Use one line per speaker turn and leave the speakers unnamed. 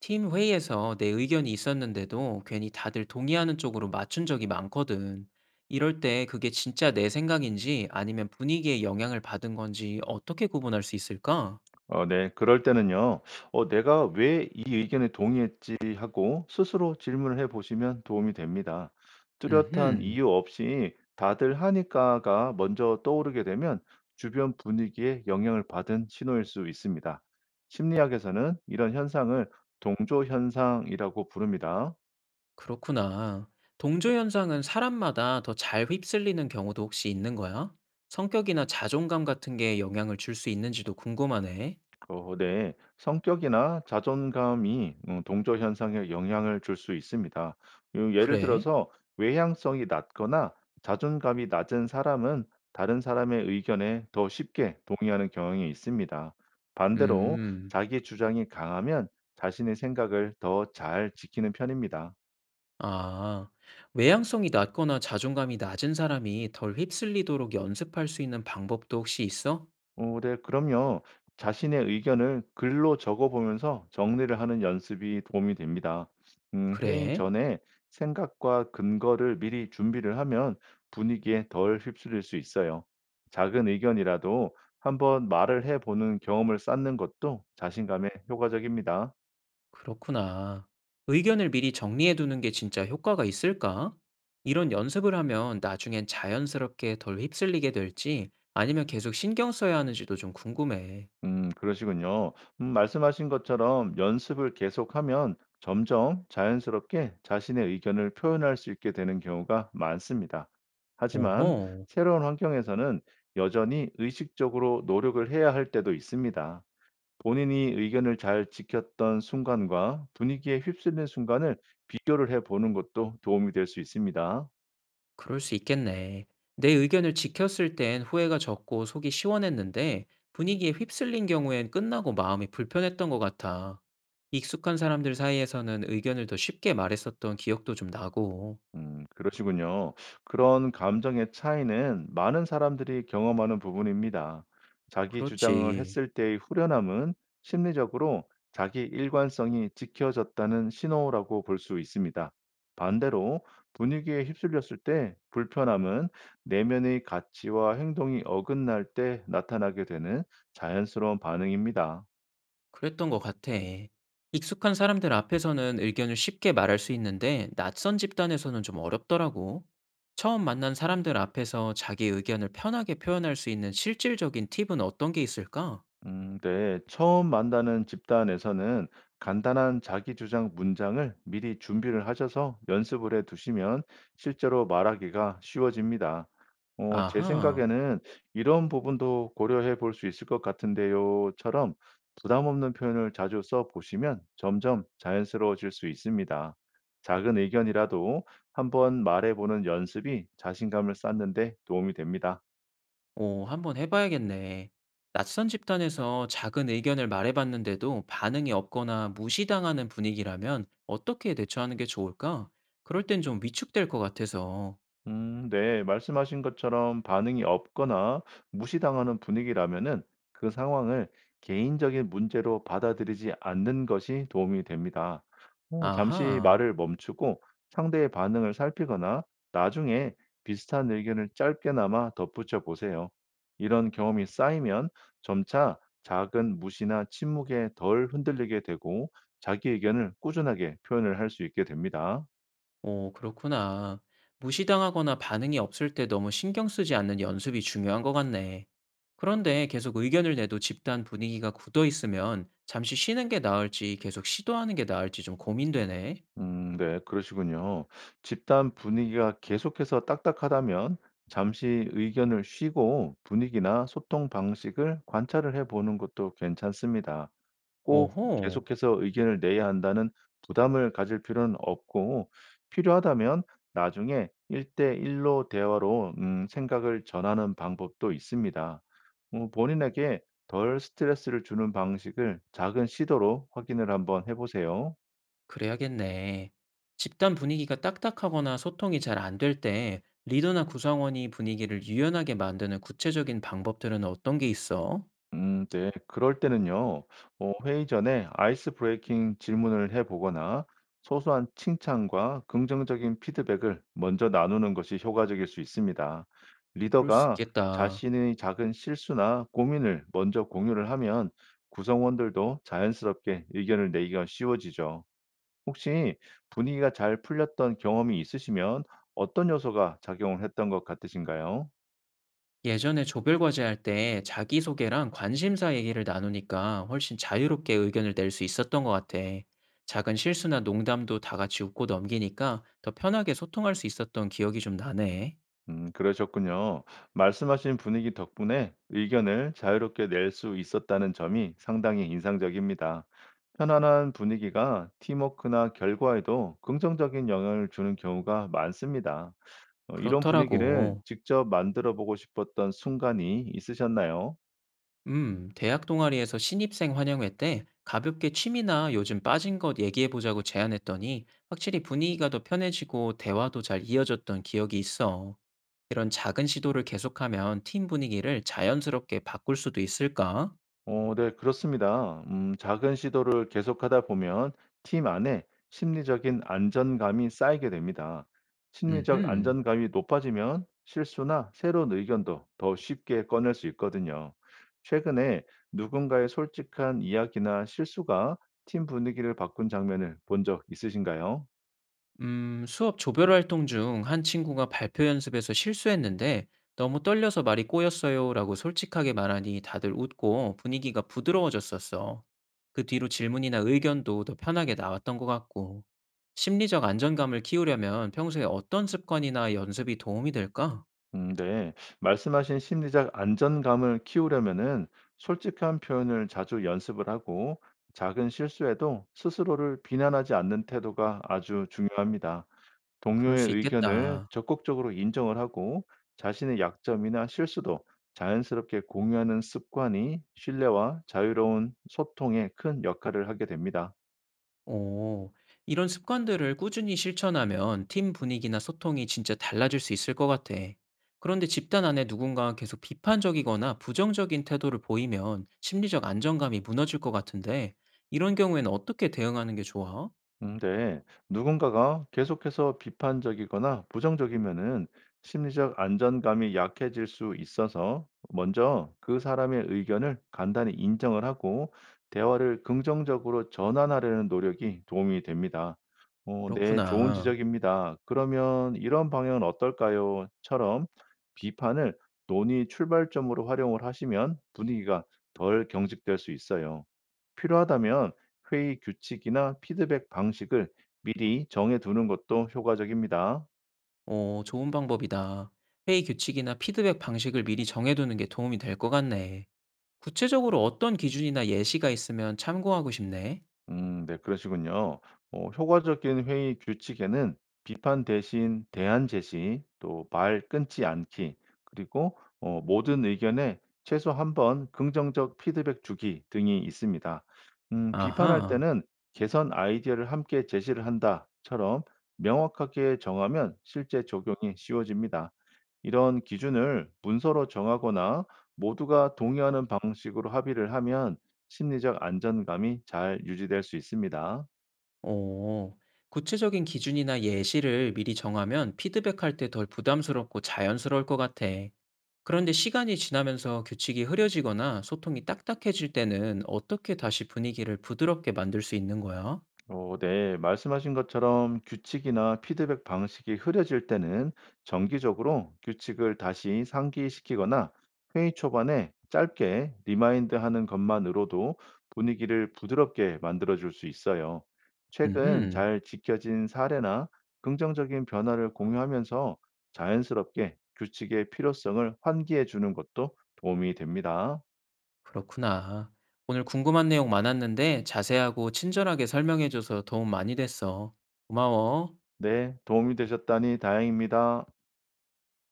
팀 회의에서 내 의견이 있었는데도 괜히 다들 동의하는 쪽으로 맞춘 적이 많거든. 이럴 때 그게 진짜 내 생각인지 아니면 분위기에 영향을 받은 건지 어떻게 구분할 수 있을까?
네. 그럴 때는요. '내가 왜 이 의견에 동의했지.' 하고 스스로 질문을 해 보시면 도움이 됩니다. 뚜렷한
음흠,
이유 없이 "다들 하니까."가 먼저 떠오르게 되면 주변 분위기에 영향을 받은 신호일 수 있습니다. 심리학에서는 이런 현상을 동조 현상이라고 부릅니다.
그렇구나. 동조 현상은 사람마다 더 잘 휩쓸리는 경우도 혹시 있는 거야? 성격이나 자존감 같은 게 영향을 줄 수 있는지도 궁금하네.
네. 성격이나 자존감이 동조 현상에 영향을 줄 수 있습니다. 예를
그래?
들어서 외향성이 낮거나 자존감이 낮은 사람은 다른 사람의 의견에 더 쉽게 동의하는 경향이 있습니다. 반대로
음.
자기 주장이 강하면 자신의 생각을 더 잘 지키는 편입니다.
아, 외향성이 낮거나 자존감이 낮은 사람이 덜 휩쓸리도록 연습할 수 있는 방법도 혹시 있어?
네 그럼요. 자신의 의견을 글로 적어 보면서 정리를 하는 연습이 도움이 됩니다. 회의
그래?
전에 생각과 근거를 미리 준비를 하면 분위기에 덜 휩쓸릴 수 있어요. 작은 의견이라도 한번 말을 해 보는 경험을 쌓는 것도 자신감에 효과적입니다.
그렇구나. 의견을 미리 정리해 두는 게 진짜 효과가 있을까? 이런 연습을 하면 나중엔 자연스럽게 덜 휩쓸리게 될지 아니면 계속 신경 써야 하는지도 좀 궁금해.
그러시군요. 말씀하신 것처럼 연습을 계속하면 점점 자연스럽게 자신의 의견을 표현할 수 있게 되는 경우가 많습니다. 하지만
오호.
새로운 환경에서는 여전히 의식적으로 노력을 해야 할 때도 있습니다. 본인이 의견을 잘 지켰던 순간과 분위기에 휩쓸린 순간을 비교를 해 보는 것도 도움이 될 수 있습니다.
그럴 수 있겠네. 내 의견을 지켰을 땐 후회가 적고 속이 시원했는데 분위기에 휩쓸린 경우엔 끝나고 마음이 불편했던 것 같아. 익숙한 사람들 사이에서는 의견을 더 쉽게 말했었던 기억도 좀 나고.
그러시군요. 그런 감정의 차이는 많은 사람들이 경험하는 부분입니다. 자기 주장을
그렇지.
했을 때의 후련함은 심리적으로 자기 일관성이 지켜졌다는 신호라고 볼 수 있습니다. 반대로 분위기에 휩쓸렸을 때 불편함은 내면의 가치와 행동이 어긋날 때 나타나게 되는 자연스러운 반응입니다.
그랬던 것 같아. 익숙한 사람들 앞에서는 의견을 쉽게 말할 수 있는데 낯선 집단에서는 좀 어렵더라고. 처음 만난 사람들 앞에서 자기 의견을 편하게 표현할 수 있는 실질적인 팁은 어떤 게 있을까?
네. 처음 만나는 집단에서는 간단한 자기주장 문장을 미리 준비를 하셔서 연습을 해 두시면 실제로 말하기가 쉬워집니다. 제
아하.
생각에는 이런 부분도 고려해 볼 수 있을 것 같은데요처럼 부담 없는 표현을 자주 써 보시면 점점 자연스러워질 수 있습니다. 작은 의견이라도 한번 말해 보는 연습이 자신감을 쌓는 데 도움이 됩니다.
오, 한번 해봐야겠네. 낯선 집단에서 작은 의견을 말해봤는데도 반응이 없거나 무시당하는 분위기라면 어떻게 대처하는 게 좋을까? 그럴 땐 좀 위축될 것 같아서.
네. 말씀하신 것처럼 반응이 없거나 무시당하는 분위기라면은 그 상황을 개인적인 문제로 받아들이지 않는 것이 도움이 됩니다. 잠시
아하,
말을 멈추고 상대의 반응을 살피거나 나중에 비슷한 의견을 짧게나마 덧붙여 보세요. 이런 경험이 쌓이면 점차 작은 무시나 침묵에 덜 흔들리게 되고 자기 의견을 꾸준하게 표현을 할 수 있게 됩니다.
오, 그렇구나. 무시당하거나 반응이 없을 때 너무 신경 쓰지 않는 연습이 중요한 것 같네. 그런데 계속 의견을 내도 집단 분위기가 굳어 있으면 잠시 쉬는 게 나을지 계속 시도하는 게 나을지 좀 고민되네.
네. 그러시군요. 집단 분위기가 계속해서 딱딱하다면 잠시 의견을 쉬고 분위기나 소통 방식을 관찰을 해 보는 것도 괜찮습니다. 꼭
오호.
계속해서 의견을 내야 한다는 부담을 가질 필요는 없고 필요하다면 나중에 1대1로 대화로 생각을 전하는 방법도 있습니다. 본인에게 덜 스트레스를 주는 방식을 작은 시도로 확인을 한번 해 보세요.
그래야겠네. 집단 분위기가 딱딱하거나 소통이 잘 안 될 때 리더나 구성원이 분위기를 유연하게 만드는 구체적인 방법들은 어떤 게 있어?
네. 그럴 때는요. 회의 전에 아이스 브레이킹 질문을 해 보거나 소소한 칭찬과 긍정적인 피드백을 먼저 나누는 것이 효과적일 수 있습니다.
그럴 수
리더가
있겠다.
자신의 작은 실수나 고민을 먼저 공유를 하면 구성원들도 자연스럽게 의견을 내기가 쉬워지죠. 혹시 분위기가 잘 풀렸던 경험이 있으시면 어떤 요소가 작용을 했던 것 같으신가요?
예전에 조별과제 할 때 자기소개랑 관심사 얘기를 나누니까 훨씬 자유롭게 의견을 낼 수 있었던 것 같아. 작은 실수나 농담도 다 같이 웃고 넘기니까 더 편하게 소통할 수 있었던 기억이 좀 나네.
그러셨군요. 말씀하신 분위기 덕분에 의견을 자유롭게 낼 수 있었다는 점이 상당히 인상적입니다. 편안한 분위기가 팀워크나 결과에도 긍정적인 영향을 주는 경우가 많습니다. 이런 분위기를
그렇더라고.
직접 만들어 보고 싶었던 순간이 있으셨나요?
대학 동아리에서 신입생 환영회 때 가볍게 취미나 요즘 빠진 것 얘기해보자고 제안했더니 확실히 분위기가 더 편해지고 대화도 잘 이어졌던 기억이 있어. 이런 작은 시도를 계속하면 팀 분위기를 자연스럽게 바꿀 수도 있을까?
네, 그렇습니다. 작은 시도를 계속하다 보면 팀 안에 심리적인 안전감이 쌓이게 됩니다. 심리적
음흠.
안전감이 높아지면 실수나 새로운 의견도 더 쉽게 꺼낼 수 있거든요. 최근에 누군가의 솔직한 이야기나 실수가 팀 분위기를 바꾼 장면을 본 적 있으신가요?
수업 조별 활동 중 한 친구가 발표 연습에서 실수했는데 너무 떨려서 말이 꼬였어요라고 솔직하게 말하니 다들 웃고 분위기가 부드러워졌었어. 그 뒤로 질문이나 의견도 더 편하게 나왔던 것 같고. 심리적 안정감을 키우려면 평소에 어떤 습관이나 연습이 도움이 될까?
네. 말씀하신 심리적 안전감을 키우려면은 솔직한 표현을 자주 연습을 하고 작은 실수에도 스스로를 비난하지 않는 태도가 아주 중요합니다.
그럴
동료의
수
의견을
있겠다.
적극적으로 인정을 하고 자신의 약점이나 실수도 자연스럽게 공유하는 습관이 신뢰와 자유로운 소통에 큰 역할을 하게 됩니다.
오, 이런 습관들을 꾸준히 실천하면 팀 분위기나 소통이 진짜 달라질 수 있을 것 같아. 그런데 집단 안에 누군가 계속 비판적이거나 부정적인 태도를 보이면 심리적 안정감이 무너질 것 같은데, 이런 경우에는 어떻게 대응하는 게 좋아?
네. 누군가가 계속해서 비판적이거나 부정적이면은 심리적 안전감이 약해질 수 있어서 먼저 그 사람의 의견을 간단히 인정을 하고 대화를 긍정적으로 전환하려는 노력이 도움이 됩니다. 네, 좋은
그렇구나.
지적입니다. 그러면 이런 방향은 어떨까요? 처럼 비판을 논의 출발점으로 활용을 하시면 분위기가 덜 경직될 수 있어요. 필요하다면 회의 규칙이나 피드백 방식을 미리 정해두는 것도 효과적입니다.
오, 좋은 방법이다. 회의 규칙이나 피드백 방식을 미리 정해두는 게 도움이 될 것 같네. 구체적으로 어떤 기준이나 예시가 있으면 참고하고 싶네.
네 그러시군요. 효과적인 회의 규칙에는 비판 대신 대안 제시, 또 말 끊지 않기, 그리고 모든 의견에 최소 한 번 긍정적 피드백 주기 등이 있습니다. 비판할
아하.
때는 "개선 아이디어를 함께 제시를 한다."처럼 명확하게 정하면 실제 적용이 쉬워집니다. 이런 기준을 문서로 정하거나 모두가 동의하는 방식으로 합의를 하면 심리적 안전감이 잘 유지될 수 있습니다.
어, 구체적인 기준이나 예시를 미리 정하면 피드백할 때 덜 부담스럽고 자연스러울 것 같아. 그런데 시간이 지나면서 규칙이 흐려지거나 소통이 딱딱해질 때는 어떻게 다시 분위기를 부드럽게 만들 수 있는 거야?
네. 말씀하신 것처럼 규칙이나 피드백 방식이 흐려질 때는 정기적으로 규칙을 다시 상기시키거나 회의 초반에 짧게 리마인드 하는 것만으로도 분위기를 부드럽게 만들어 줄 수 있어요. 최근
음흠,
잘 지켜진 사례나 긍정적인 변화를 공유하면서 자연스럽게 규칙의 필요성을 환기해 주는 것도 도움이 됩니다.
그렇구나. 오늘 궁금한 내용 많았는데 자세하고 친절하게 설명해줘서 도움 많이 됐어. 고마워.
네, 도움이 되셨다니 다행입니다.